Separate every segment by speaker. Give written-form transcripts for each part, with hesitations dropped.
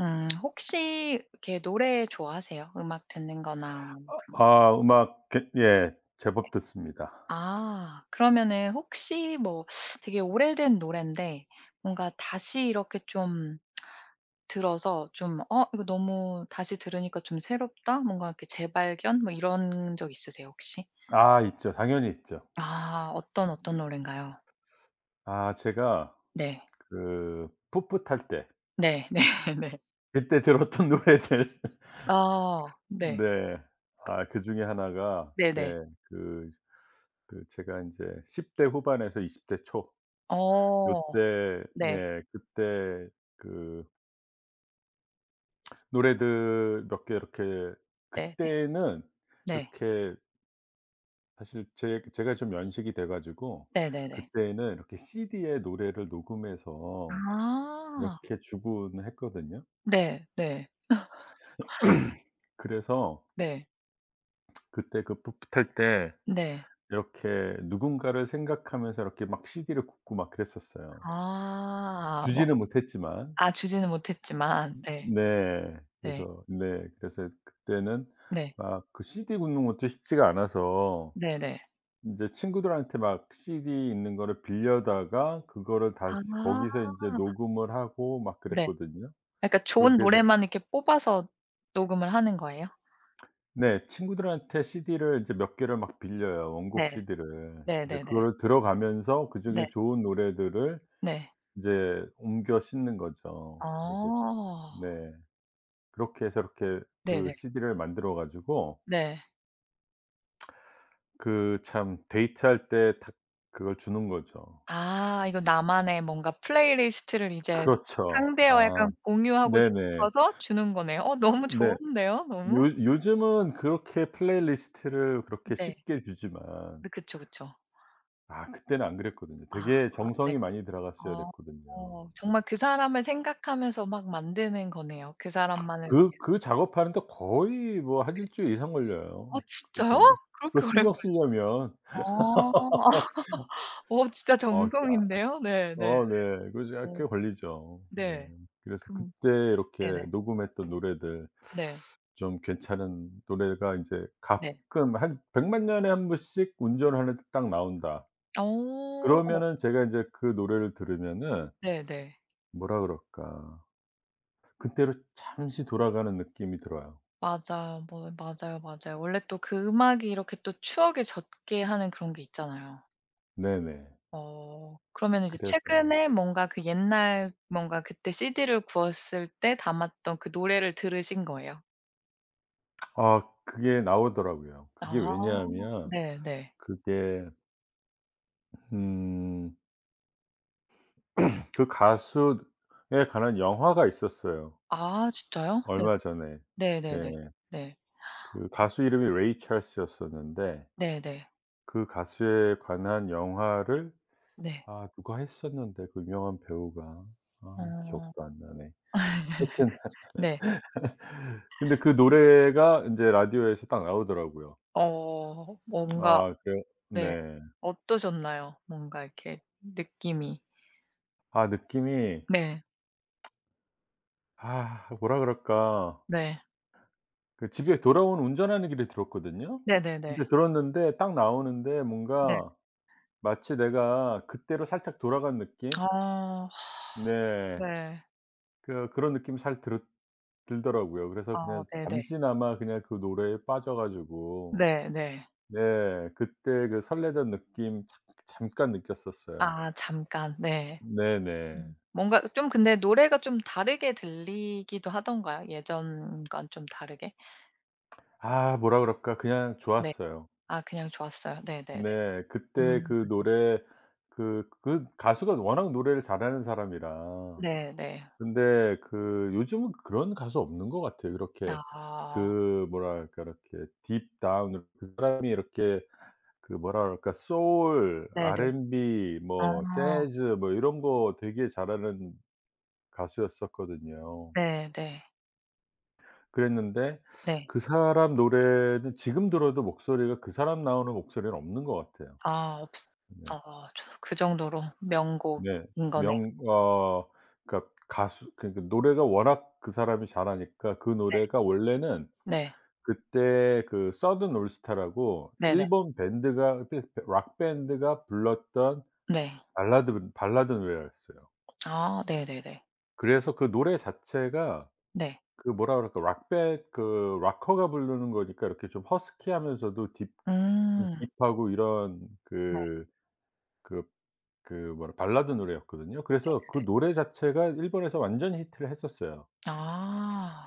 Speaker 1: 음. 혹시 이렇게 노래 좋아하세요? 음악 듣는 거나 뭐 그런 거.
Speaker 2: 아 음악 게 예 제법 듣습니다.
Speaker 1: 아. 그러면은 혹시 뭐 되게 오래된 노랜데 뭔가 다시 이렇게 좀 들어서 좀 '어 이거 너무 다시 들으니까 좀 새롭다.' 뭔가 이렇게 재발견 뭐 이런 적 있으세요 혹시?
Speaker 2: 아 있죠. 당연히 있죠.
Speaker 1: 아. 어떤 노래인가요?
Speaker 2: 아 제가
Speaker 1: 네.
Speaker 2: 그 풋풋할 때
Speaker 1: 네. 네네.
Speaker 2: 그때 들었던 노래들
Speaker 1: 아. 네.
Speaker 2: 네. 아 그중에 하나가
Speaker 1: 네네.
Speaker 2: 네 그 그 제가 이제10대 후반에서 20대 초
Speaker 1: 어.
Speaker 2: 요때
Speaker 1: 네.
Speaker 2: 예 그때 그 노래들 몇 개 이렇게
Speaker 1: 네네.
Speaker 2: 그때는
Speaker 1: 네.
Speaker 2: 이렇게 사실 제 제가 좀 연식이 돼 가지고
Speaker 1: 네네네.
Speaker 2: 그때는 이렇게 CD에 노래를 녹음해서
Speaker 1: 아.
Speaker 2: 이렇게 주곤 했거든요.
Speaker 1: 네. 네.
Speaker 2: 그래서
Speaker 1: 네.
Speaker 2: 그때 그 풋풋할 때
Speaker 1: 네.
Speaker 2: 이렇게 누군가를 생각하면서 이렇게 막 CD를 굽고 막 그랬었어요.
Speaker 1: 아 뭐.
Speaker 2: 주지는 못했지만.
Speaker 1: 아 주지는 못했지만 네.
Speaker 2: 네.
Speaker 1: 네.
Speaker 2: 그래서 네 그래서 그때는
Speaker 1: 네.
Speaker 2: 막 그 CD 굽는 것도 쉽지가 않아서
Speaker 1: 네네.
Speaker 2: 인제 친구들한테 막 CD 있는 거를 빌려다가 그거를
Speaker 1: 아
Speaker 2: 다시 거기서 인제 녹음을 하고 막
Speaker 1: 네.
Speaker 2: 그랬거든요.
Speaker 1: 그러니까 좋은
Speaker 2: 그렇게 해서
Speaker 1: 노래만 이렇게 뽑아서 녹음을 하는 거예요?
Speaker 2: 네. 친구들한테 CD를 이제 몇 개를 막 빌려요, 원곡
Speaker 1: 네.
Speaker 2: CD를. 이제
Speaker 1: 네네네. 네.
Speaker 2: 그거를 들어가면서
Speaker 1: 네.
Speaker 2: 그중에 좋은 노래들을
Speaker 1: 네.
Speaker 2: 이제 옮겨 싣는 거죠.
Speaker 1: 어.
Speaker 2: 그래서 네. 그렇게 해서 이렇게 그
Speaker 1: 네네.
Speaker 2: CD를 만들어 가지고
Speaker 1: 네. 네.
Speaker 2: 그 참 데이트할 때 딱 그걸 주는 거죠.
Speaker 1: 아 이거 나만의 뭔가 플레이리스트를 이제
Speaker 2: 그렇죠.
Speaker 1: 상대와
Speaker 2: 아.
Speaker 1: 약간 공유하고
Speaker 2: 네네.
Speaker 1: 싶어서 주는 거네요. 어 너무
Speaker 2: 네.
Speaker 1: 좋은데요, 너무?
Speaker 2: 요 요즘은 그렇게 플레이리스트를 그렇게
Speaker 1: 네.
Speaker 2: 쉽게 주지만
Speaker 1: 네 그쵸, 그쵸.
Speaker 2: 아 그때는 안 그랬거든요.
Speaker 1: 아.
Speaker 2: 되게 정성이 많이 들어갔어야
Speaker 1: 아.
Speaker 2: 됐거든요.
Speaker 1: 어 정말 그 사람을 생각하면서 막 만드는 거네요, 그 사람만을
Speaker 2: 그
Speaker 1: 위해서.
Speaker 2: 그 작업하는데 거의 뭐 한 1 주일 이상
Speaker 1: 아
Speaker 2: 걸려요. 그
Speaker 1: 진짜요?
Speaker 2: 정말 그거
Speaker 1: 그렇게 오래
Speaker 2: 신경 쓰려면
Speaker 1: 걸려요? 아. 어 진짜
Speaker 2: 어 그러니까
Speaker 1: 정성인데요. 네 네.
Speaker 2: 어 네. 그래서 약
Speaker 1: 어
Speaker 2: 꽤 걸리죠. 네.
Speaker 1: 네.
Speaker 2: 그래서
Speaker 1: 그
Speaker 2: 그때 이렇게
Speaker 1: 네네. 네.
Speaker 2: 녹음했던 노래들
Speaker 1: 네.
Speaker 2: 좀 괜찮은 노래가 인제
Speaker 1: 네.
Speaker 2: 가끔 한 100 년에 한 번씩 운전하는데 딱 나온다.
Speaker 1: 어.
Speaker 2: 그러면은 제가 이제 그 노래를 들으면은
Speaker 1: 네네.
Speaker 2: 뭐라 그럴까. 그때로 잠시 돌아가는 느낌이 들어요.
Speaker 1: 맞아요. 뭐 맞아요. 원래 또 그 음악이 이렇게 또 추억에 젖게 하는 그런 게 있잖아요.
Speaker 2: 네네.
Speaker 1: 어 그러면 이제
Speaker 2: 그래서
Speaker 1: 최근에 뭔가 그 옛날 뭔가 그때 CD를 구웠을 때 담았던 그 노래를 들으신 거예요?
Speaker 2: 아 그게 나오더라고요. 그게
Speaker 1: 아
Speaker 2: 왜냐하면
Speaker 1: 네네.
Speaker 2: 그게 음 그 가수에 관한 영화가 있었어요,
Speaker 1: 아 진짜요? 네.
Speaker 2: 얼마 전에. 네.
Speaker 1: 네네네. 네.
Speaker 2: 그 가수 이름이 레이 찰스였었는데
Speaker 1: 네네. 네. 네, 네.
Speaker 2: 그 가수에 관한 영화를
Speaker 1: 네.
Speaker 2: 아 누가 했었는데 그 유명한 배우가. 아 기억도
Speaker 1: 어
Speaker 2: 안 나네. 하여튼
Speaker 1: 네.
Speaker 2: 근데 그 노래가 인제 라디오에서 딱 나오더라고요.
Speaker 1: 어 뭔가
Speaker 2: 아 그래요?
Speaker 1: 네.
Speaker 2: 네.
Speaker 1: 어떠셨나요? 뭔가 이렇게 느낌이.
Speaker 2: 아 느낌이
Speaker 1: 네.
Speaker 2: 아 뭐라 그럴까.
Speaker 1: 네.
Speaker 2: 그 집에 돌아오는 운전하는 길에 들었거든요.
Speaker 1: 네네네.
Speaker 2: 근데
Speaker 1: 네.
Speaker 2: 들었는데 딱 나오는데
Speaker 1: 네. 네.
Speaker 2: 뭔가 마치 내가 그때로 살짝 돌아간 느낌?
Speaker 1: 아
Speaker 2: 네.
Speaker 1: 네.
Speaker 2: 그 그런 느낌이 살 들었 들더라고요. 그래서
Speaker 1: 아
Speaker 2: 그냥
Speaker 1: 네네.
Speaker 2: 잠시나마 그냥 그 노래에 빠져 가지고
Speaker 1: 네네.
Speaker 2: 네 그때 그 설레던 느낌 잠 잠깐 느꼈었어요.
Speaker 1: 아 잠깐. 네.
Speaker 2: 네네.
Speaker 1: 음. 뭔가 좀 근데 노래가 좀 다르게 들리기도 하던가요? 예전과 좀 다르게?
Speaker 2: 아 뭐라 그럴까 그냥
Speaker 1: 네.
Speaker 2: 좋았어요.
Speaker 1: 아 그냥 좋았어요. 네네네.
Speaker 2: 네. 그때
Speaker 1: 음.
Speaker 2: 그 노래 그 가수가 워낙 노래를 잘하는 사람이라.
Speaker 1: 네네.
Speaker 2: 근데 그 요즘은 그런 가수 없는 것 같아요. 이렇게
Speaker 1: 아.
Speaker 2: 그 뭐랄까 이렇게 deep down 그 사람이 이렇게 그 뭐라 그럴까 소울,
Speaker 1: 네네.
Speaker 2: R&B,
Speaker 1: 아.
Speaker 2: 뭐 재즈 뭐 이런 거 되게 잘하는 가수였었거든요.
Speaker 1: 네네.
Speaker 2: 그랬는데
Speaker 1: 네.
Speaker 2: 그 사람 노래는 지금 들어도 목소리가 그 사람 나오는 목소리는 없는 것 같아요.
Speaker 1: 아 없으.
Speaker 2: 네.
Speaker 1: 어 저 그 정도로 명곡인
Speaker 2: 네.
Speaker 1: 거네요.
Speaker 2: 명 어 그러니까 가수 그러니까 노래가 워낙 그 사람이 잘하니까 그 노래가 원래는
Speaker 1: 네. 네.
Speaker 2: 그때 그 서든 올스타라고
Speaker 1: 네 네.
Speaker 2: 일본 밴드가 밴 록 밴드가 불렀던
Speaker 1: 네. 네.
Speaker 2: 발라드 노래였어요.
Speaker 1: 아 네네네.
Speaker 2: 그래서 그 노래 자체가
Speaker 1: 네.
Speaker 2: 그 뭐라 그럴까 록밴 그 록커가 부르는 거니까 이렇게 좀 허스키하면서도 딥 좀
Speaker 1: 음.
Speaker 2: 딥하고 이런 그그 그 뭐라 발라드 노래였거든요. 그래서 그
Speaker 1: 네네네.
Speaker 2: 노래 자체가 일본에서 완전 히트를 했었어요,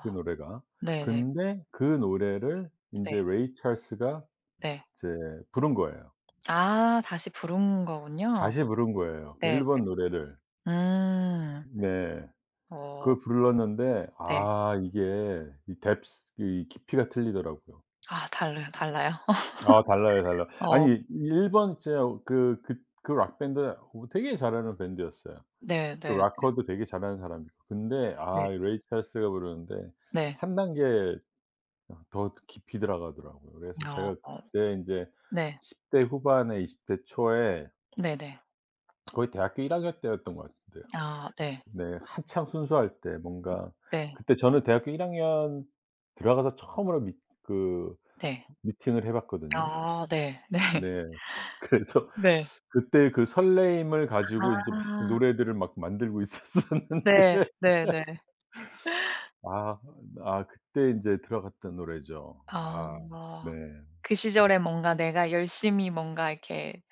Speaker 2: 그 노래가.
Speaker 1: 네네.
Speaker 2: 근데 그 노래를
Speaker 1: 네.
Speaker 2: 인제 레이 찰스가
Speaker 1: 네.
Speaker 2: 이제 부른 거예요.
Speaker 1: 아 다시 부른 거군요.
Speaker 2: 다시 부른 거예요, 그
Speaker 1: 네.
Speaker 2: 일본 노래를.
Speaker 1: 음.
Speaker 2: 네.
Speaker 1: 어
Speaker 2: 그걸 불렀는데
Speaker 1: 네.
Speaker 2: 아 이게 이 뎁스 이 깊이가 틀리더라고요.
Speaker 1: 아 달라 달라요?
Speaker 2: 아 달라요, 달라.
Speaker 1: 어
Speaker 2: 아니 일본 진짜 그 락 밴드 되게 잘하는 밴드였어요.
Speaker 1: 네네.
Speaker 2: 그 락커도 되게 잘하는 사람이고. 근데
Speaker 1: 네.
Speaker 2: 아 이 레이 찰스가 부르는데
Speaker 1: 네.
Speaker 2: 한 단계 더 깊이 들어가더라고요. 그래서
Speaker 1: 아
Speaker 2: 제가
Speaker 1: 어 어.
Speaker 2: 그때 인제
Speaker 1: 네.
Speaker 2: 10대 후반에 20대 초에
Speaker 1: 네네.
Speaker 2: 거의 대학교 1 학년 때였던 것 같은데요.
Speaker 1: 아 네.
Speaker 2: 네. 한창 순수할 때 뭔가
Speaker 1: 네.
Speaker 2: 그때 저는 대학교 1 학년 들어가서 처음으로 미 그
Speaker 1: 네.
Speaker 2: 미팅을 해 봤거든요.
Speaker 1: 아 네. 네.
Speaker 2: 네. 그래서
Speaker 1: 네.
Speaker 2: 그때 그 설레임을 가지고 인제 막
Speaker 1: 아.
Speaker 2: 노래들을 막 만들고
Speaker 1: 네.
Speaker 2: 있었었는데
Speaker 1: 네네.
Speaker 2: 아. 아 그때 인제 들어갔던 노래죠.
Speaker 1: 아.
Speaker 2: 아 네.
Speaker 1: 뭐 그 시절에 뭔가 내가 열심히 뭔가 이렇게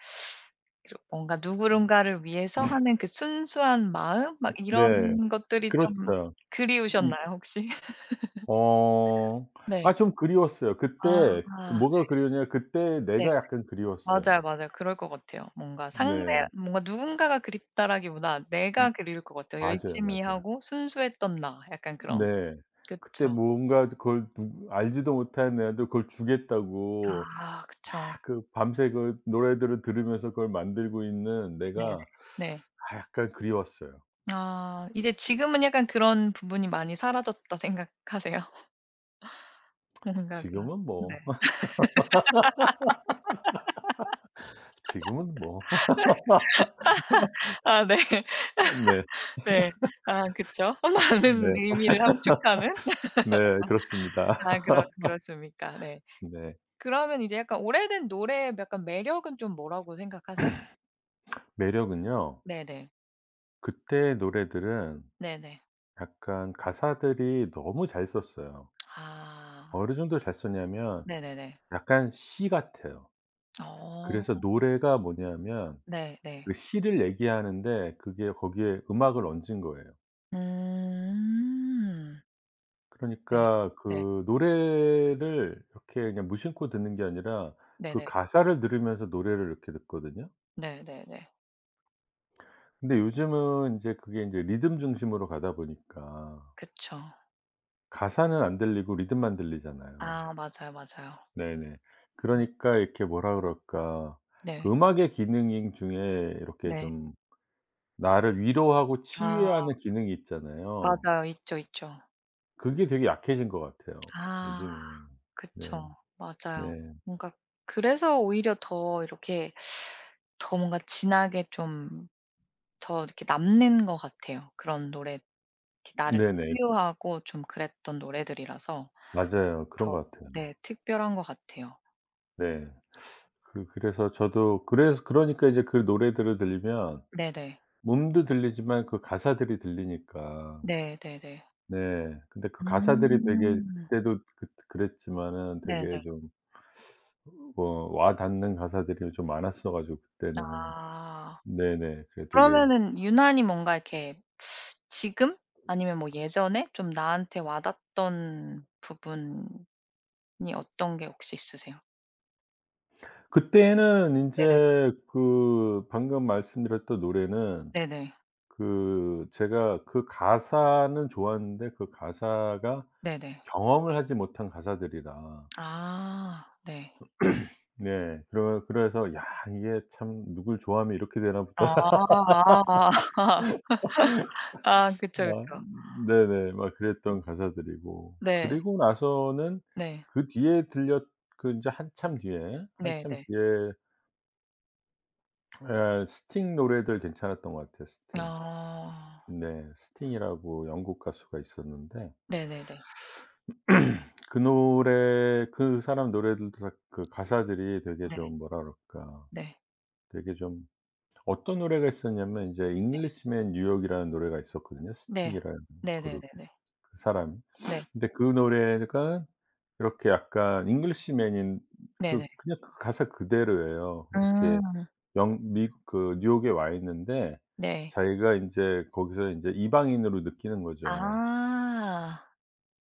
Speaker 1: 이렇 뭔가 누군가를 위해서 하는 그 순수한 마음 막
Speaker 2: 네.
Speaker 1: 이런 것들이 좀
Speaker 2: 그렇죠. 이
Speaker 1: 그리우셨나요 혹시?
Speaker 2: 어
Speaker 1: 네.
Speaker 2: 아 좀 그리웠어요. 그때 그
Speaker 1: 아
Speaker 2: 뭐가 그리웠냐면 그때
Speaker 1: 네.
Speaker 2: 내가 약간
Speaker 1: 맞아요,
Speaker 2: 그리웠어요.
Speaker 1: 맞아요. 그럴 것 같아요. 뭔가 상대
Speaker 2: 네.
Speaker 1: 뭔가 누군가가 그립다라기보다
Speaker 2: 음
Speaker 1: 내가 그리울 것 같아요.
Speaker 2: 맞아요,
Speaker 1: 열심히
Speaker 2: 맞아요.
Speaker 1: 하고 순수했던 나 약간 그런.
Speaker 2: 네. 그때
Speaker 1: 그쵸.
Speaker 2: 뭔가 그걸 누 알지도 못하는 애한테 그걸 주겠다고
Speaker 1: 아
Speaker 2: 막
Speaker 1: 그쵸.
Speaker 2: 그 밤새 그 노래들을 들으면서 그걸 만들고 있는
Speaker 1: 네네.
Speaker 2: 내가
Speaker 1: 네.
Speaker 2: 아 약간 그리웠어요.
Speaker 1: 아 이제 지금은 약간 그런 부분이 많이 사라졌다 생각하세요? 뭔가 그런
Speaker 2: 지금은
Speaker 1: 네.
Speaker 2: 뭐 지금은 뭐.
Speaker 1: 아 네.
Speaker 2: 네.
Speaker 1: 네. 아 그쵸.
Speaker 2: 네.
Speaker 1: 많은 의미를 함축하는?
Speaker 2: 네. 그렇습니다.
Speaker 1: 아 그렇습니까. 네.
Speaker 2: 네.
Speaker 1: 그러면 이제 약간 오래된 노래의 약간 매력은 좀 뭐라고 생각하세요?
Speaker 2: 매력은요.
Speaker 1: 네네.
Speaker 2: 그때 노래들은
Speaker 1: 네네.
Speaker 2: 약간 가사들이 너무 잘 썼어요.
Speaker 1: 아.
Speaker 2: 어느 정도 잘 썼냐면
Speaker 1: 네네네.
Speaker 2: 약간 시 같아요. 그래서
Speaker 1: 어.
Speaker 2: 노래가 뭐냐면
Speaker 1: 네네.
Speaker 2: 그 시를 얘기하는데 그게 거기에 음악을 얹은 거예요.
Speaker 1: 음. 네.
Speaker 2: 그러니까
Speaker 1: 네.
Speaker 2: 그 노래를 이렇게 그냥 무심코 듣는 게 아니라 그
Speaker 1: 네네.
Speaker 2: 가사를 들으면서 노래를 이렇게 듣거든요.
Speaker 1: 네네네.
Speaker 2: 근데 요즘은 이제 그게 이제 리듬 중심으로 가다 보니까
Speaker 1: 그쵸.
Speaker 2: 가사는 안 들리고 리듬만 들리잖아요.
Speaker 1: 아 맞아요.
Speaker 2: 네네.
Speaker 1: 음.
Speaker 2: 그러니까 이렇게 뭐라 그럴까. 그
Speaker 1: 네.
Speaker 2: 음악의 기능 중에 이렇게
Speaker 1: 네.
Speaker 2: 좀 나를 위로하고
Speaker 1: 아
Speaker 2: 치유하는 기능이 있잖아요.
Speaker 1: 맞아요. 있죠, 있죠.
Speaker 2: 그게 되게 약해진 것 같아요,
Speaker 1: 아
Speaker 2: 요즘은. 네.
Speaker 1: 그쵸.
Speaker 2: 네.
Speaker 1: 맞아요. 뭔가 그래서 오히려 더 이렇게 더 뭔가 진하게 좀 더 이렇게 남는 것 같아요. 그런 노래 이렇게 나를
Speaker 2: 네네.
Speaker 1: 치유하고 좀 그랬던 노래들이라서
Speaker 2: 맞아요. 그런
Speaker 1: 더
Speaker 2: 것 같아요.
Speaker 1: 네 특별한 것 같아요.
Speaker 2: 네. 그 그래서 저도 그래서 그러니까 이제 그 노래들을 들으면
Speaker 1: 네네.
Speaker 2: 음도 들리지만 그 가사들이 들리니까
Speaker 1: 네네네.
Speaker 2: 네. 근데 그 가사들이 되게
Speaker 1: 음.
Speaker 2: 그때도 그랬지만은
Speaker 1: 네네.
Speaker 2: 되게 좀 와 닿는 가사들이 좀 많았어 가지고 그때는.
Speaker 1: 아.
Speaker 2: 네네. 그게 되게
Speaker 1: 그러면은 유난히 뭔가 이렇게 지금 아니면 뭐 예전에 좀 나한테 와닿던 부분이 어떤 게 혹시 있으세요?
Speaker 2: 그때는
Speaker 1: 네네.
Speaker 2: 인제 그 방금 말씀드렸던 노래는
Speaker 1: 네네.
Speaker 2: 그 제가 그 가사는 좋았는데 그 가사가
Speaker 1: 네네.
Speaker 2: 경험을 하지 못한 가사들이라
Speaker 1: 아 네.
Speaker 2: 네 그러 그래서 '야 이게 참 누굴 좋아하면 이렇게 되나 보다.'
Speaker 1: 아 아. 아 그쵸,
Speaker 2: 막
Speaker 1: 그쵸.
Speaker 2: 네네. 막 그랬던 가사들이고
Speaker 1: 네.
Speaker 2: 그리고 나서는
Speaker 1: 네.
Speaker 2: 그 뒤에 들렸 그 인제 한참 뒤에 한참
Speaker 1: 네네.
Speaker 2: 뒤에 네. 예예 스팅 노래들 괜찮았던 것 같아요 스팅.
Speaker 1: 아.
Speaker 2: 네. 스팅이라고 영국 가수가 있었는데
Speaker 1: 네네네.
Speaker 2: 그 노래 그 사람 노래들도 다 그 가사들이 되게
Speaker 1: 네.
Speaker 2: 좀 뭐라 그럴까
Speaker 1: 네.
Speaker 2: 되게 좀 어떤 노래가 있었냐면 인제 잉글리시맨 뉴욕이라는 노래가 있었거든요
Speaker 1: 네.
Speaker 2: 스팅이라는 그룹
Speaker 1: 네네네네.
Speaker 2: 그 사람이.
Speaker 1: 네.
Speaker 2: 근데 그 노래가 이렇게 약간 잉글리시맨인 그
Speaker 1: 네네.
Speaker 2: 그냥 그 가사 그대로예요.
Speaker 1: 음.
Speaker 2: 이렇게 영 미국 그 뉴욕에 와 있는데
Speaker 1: 네.
Speaker 2: 자기가 인제 거기서 인제 이방인으로 느끼는 거죠.
Speaker 1: 아.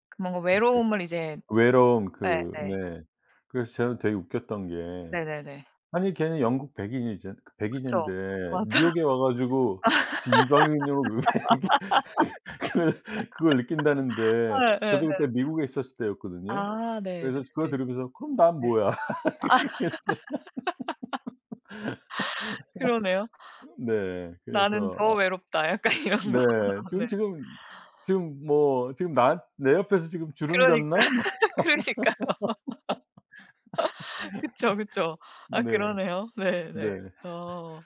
Speaker 1: 그 뭔가
Speaker 2: 그
Speaker 1: 외로움을 이제
Speaker 2: 외로움 그
Speaker 1: 예예.
Speaker 2: 네. 그래서 저는 되게 웃겼던 게
Speaker 1: 네네네.
Speaker 2: 아니 걔는 영국 백인이잖
Speaker 1: 그쵸.
Speaker 2: 백인인데
Speaker 1: 맞아.
Speaker 2: 뉴욕에 와 가지고 지 이방인으로 왜 이렇게 그걸 그걸 느낀다는데 저도
Speaker 1: 예예예.
Speaker 2: 그때 미국에 있었을 때였거든요.
Speaker 1: 아
Speaker 2: 그래서 그거
Speaker 1: 네네네.
Speaker 2: 들으면서 '그럼 난
Speaker 1: 네.
Speaker 2: 뭐야?' 그래서
Speaker 1: 그러네요.
Speaker 2: 네.
Speaker 1: '나는
Speaker 2: 그래서
Speaker 1: 더
Speaker 2: 아
Speaker 1: 외롭다.' 약간 이런 거.
Speaker 2: 네.
Speaker 1: 네.
Speaker 2: 지금 뭐 지금 나 '내 옆에서 지금 주름
Speaker 1: 그러니까,
Speaker 2: 잡나?' 막
Speaker 1: 그러니까. 그쵸, 그쵸. 아
Speaker 2: 네.
Speaker 1: 그러네요.
Speaker 2: 네.
Speaker 1: 네네. 어.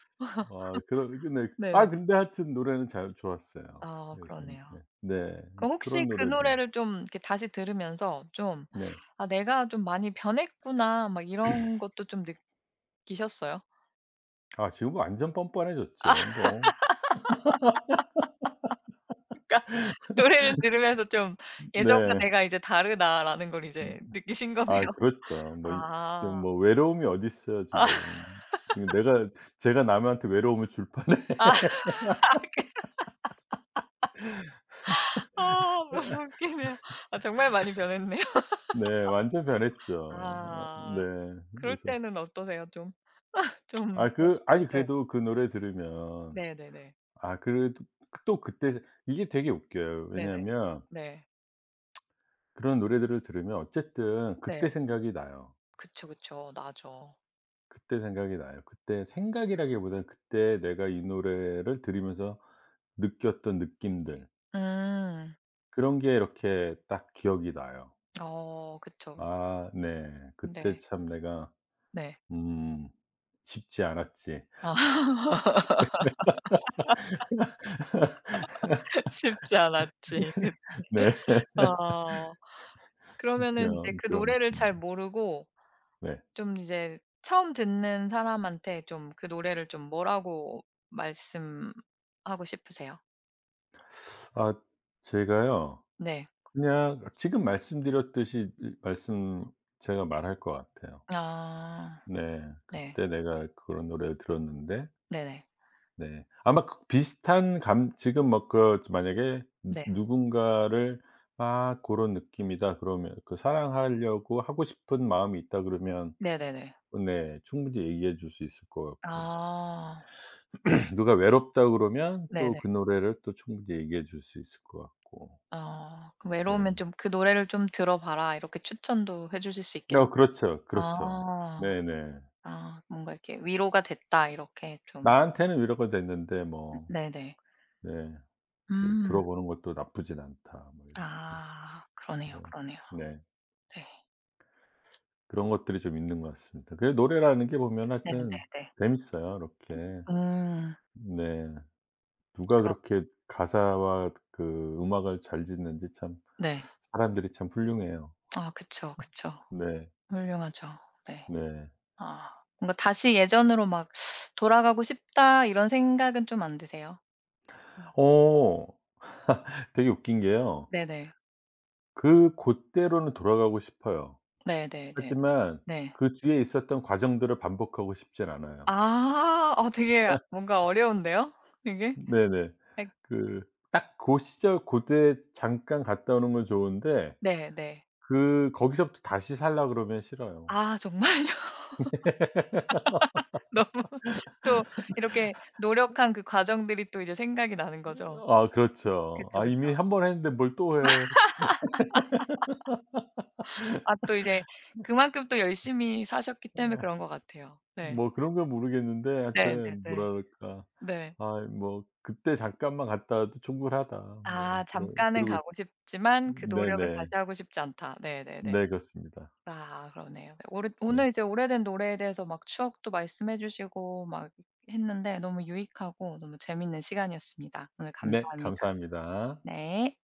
Speaker 2: 아 그런 근데
Speaker 1: 네네.
Speaker 2: 아 근데 하여튼 노래는 잘 좋았어요.
Speaker 1: 아
Speaker 2: 그래서
Speaker 1: 그러네요.
Speaker 2: 인제 네.
Speaker 1: 그럼
Speaker 2: 인제
Speaker 1: 혹시
Speaker 2: 그런
Speaker 1: 그
Speaker 2: 노래들.
Speaker 1: 노래를 좀 이렇게 다시 들으면서 좀
Speaker 2: 네.
Speaker 1: '아 내가 좀 많이 변했구나.' 막 이런 것도 좀 느끼셨어요?
Speaker 2: 아 지금 완전 뻔뻔해졌죠. 뭐
Speaker 1: 그러니까 노래를 들으면서 좀 '예전과
Speaker 2: 네.
Speaker 1: 내가 이제 다르다.'라는 걸 이제 느끼신 거네요.
Speaker 2: 아 그렇죠. 뭐 이
Speaker 1: 아.
Speaker 2: 지금 뭐 외로움이 어딨어요 지금.
Speaker 1: 아
Speaker 2: 지금 내가 제가 남한테 외로움을 줄 판에
Speaker 1: 아 아 너무 웃기네요. 아 정말 많이 변했네요.
Speaker 2: 네 완전 변했죠. 네.
Speaker 1: 아 그럴
Speaker 2: 그래서
Speaker 1: 때는 어떠세요? 좀 좀
Speaker 2: 아
Speaker 1: 이렇게
Speaker 2: 그 아니
Speaker 1: 네.
Speaker 2: 그래도 그 노래 들으면
Speaker 1: 네네네.
Speaker 2: 아 그래도 또 그때 이게 되게 웃겨요.
Speaker 1: 네네.
Speaker 2: 왜냐하면
Speaker 1: 네.
Speaker 2: 그런 노래들을 들으면 어쨌든 그때
Speaker 1: 네.
Speaker 2: 생각이 나요.
Speaker 1: 그쵸, 그쵸. 나죠.
Speaker 2: 그때 생각이 나요. 그때 생각이라기보다는 그때 내가 이 노래를 들으면서 느꼈던 느낌들
Speaker 1: 음.
Speaker 2: 그런 게 이렇게 딱 기억이 나요.
Speaker 1: 어 그쵸.
Speaker 2: 아 네. 그때
Speaker 1: 네.
Speaker 2: 참 내가
Speaker 1: 네.
Speaker 2: 음 '쉽지 않았지.'
Speaker 1: 아 쉽지 않았지.
Speaker 2: 네.
Speaker 1: 그 어. 그러면은 이제
Speaker 2: 그런
Speaker 1: 그
Speaker 2: 그런
Speaker 1: 노래를 잘
Speaker 2: 느낌도
Speaker 1: 모르고
Speaker 2: 네.
Speaker 1: 좀 이제 처음 듣는 사람한테 좀 그 노래를 좀 뭐라고 말씀하고 싶으세요?
Speaker 2: 아 제가요
Speaker 1: 네.
Speaker 2: 그냥 지금 말씀드렸듯이 이 말씀 제가 말할 것 같아요.
Speaker 1: 아.
Speaker 2: 네.
Speaker 1: 네.
Speaker 2: 그때 내가 그런 노래를 들었는데
Speaker 1: 네네.
Speaker 2: 네 아마 그 비슷한 감 지금 뭐 그 만약에 '누
Speaker 1: 네.
Speaker 2: 누군가를 아 고런 느낌이다.' 그러면 그 사랑하려고 하고 싶은 마음이 있다 그러면
Speaker 1: 네네네.
Speaker 2: 네. 충분히 얘기해 줄 수 있을 것 같고
Speaker 1: 아. 네.
Speaker 2: 누가 외롭다 그러면 또
Speaker 1: 네네.
Speaker 2: 그 노래를 또 충분히 얘기해 줄 수 있을 것 같고.
Speaker 1: 어. 그럼 "외로우면 좀
Speaker 2: 네.
Speaker 1: 그 노래를 좀 들어 봐라." 이렇게 추천도 해 주실 수 있겠네요.
Speaker 2: 어 그렇죠, 그렇죠.
Speaker 1: 아.
Speaker 2: 네네.
Speaker 1: 아 뭔가 이렇게 "위로가 됐다." 이렇게 좀
Speaker 2: 나한테는 위로가 됐는데 뭐
Speaker 1: 네네.
Speaker 2: 네 그
Speaker 1: 음.
Speaker 2: '들어보는 것도 나쁘진 않다.' 뭐 이렇게.
Speaker 1: 아. 그러네요,
Speaker 2: 네.
Speaker 1: 그러네요.
Speaker 2: 네.
Speaker 1: 네.
Speaker 2: 그런 것들이 좀 있는 것 같습니다. 그 노래라는 게 보면 하여튼
Speaker 1: 네네네.
Speaker 2: 재밌어요 이렇게.
Speaker 1: 음.
Speaker 2: 네. 누가
Speaker 1: 그럼
Speaker 2: 그렇게 가사와 그 음악을 잘 짓는지 참
Speaker 1: 네.
Speaker 2: 사람들이 참 훌륭해요.
Speaker 1: 아 그쵸, 그쵸.
Speaker 2: 네.
Speaker 1: 훌륭하죠. 네.
Speaker 2: 네.
Speaker 1: 아. 뭔가 '다시 예전으로 막 돌아가고 싶다.' 이런 생각은 좀 안 드세요? 음.
Speaker 2: 어 되게 웃긴 게요.
Speaker 1: 네네.
Speaker 2: 그 고때로는 돌아가고 싶어요.
Speaker 1: 네네네.
Speaker 2: 하지만
Speaker 1: 네.
Speaker 2: 그 뒤에 있었던 과정들을 반복하고 싶진 않아요.
Speaker 1: 아. 어 되게 뭔가 어려운데요? 이게?
Speaker 2: 네네.
Speaker 1: 예
Speaker 2: 그 딱 고 시절 고때 잠깐 갔다 오는 건 좋은데
Speaker 1: 네네.
Speaker 2: 그 거기서부터 다시 살라 그러면 싫어요.
Speaker 1: 아 정말요? 너무 또 이렇게 노력한 그 과정들이 또 이제 생각이 나는 거죠.
Speaker 2: 아 그렇죠.
Speaker 1: 그쵸,
Speaker 2: '아
Speaker 1: 그쵸.
Speaker 2: 이미 한 번 했는데 뭘 또 해.'
Speaker 1: 아 또 이제 그만큼 또 열심히 사셨기 때문에 그런
Speaker 2: 어
Speaker 1: 것 같아요. 네.
Speaker 2: 뭐 그런 건 모르겠는데 하여튼 뭐
Speaker 1: 네네네.
Speaker 2: 랄까
Speaker 1: 네.
Speaker 2: '아 뭐 그때 잠깐만 갔다 와도 충분하다.'
Speaker 1: 아
Speaker 2: 뭐 그러
Speaker 1: 잠깐은
Speaker 2: 그러고 있어요.
Speaker 1: 가고 싶지만 그 노력은
Speaker 2: 네네. 네
Speaker 1: 다시 하고 싶지 않다. 네네네.
Speaker 2: 네, 그렇습니다.
Speaker 1: 아 그러네요. 네, 오래
Speaker 2: 네.
Speaker 1: 오늘 이제 오래된 노래에 대해서 막 추억도 말씀해 주시고 막 했는데 너무 유익하고 너무 재밌는 시간이었습니다. 오늘
Speaker 2: 네
Speaker 1: 감사합니다.
Speaker 2: 감사합니다.
Speaker 1: 네.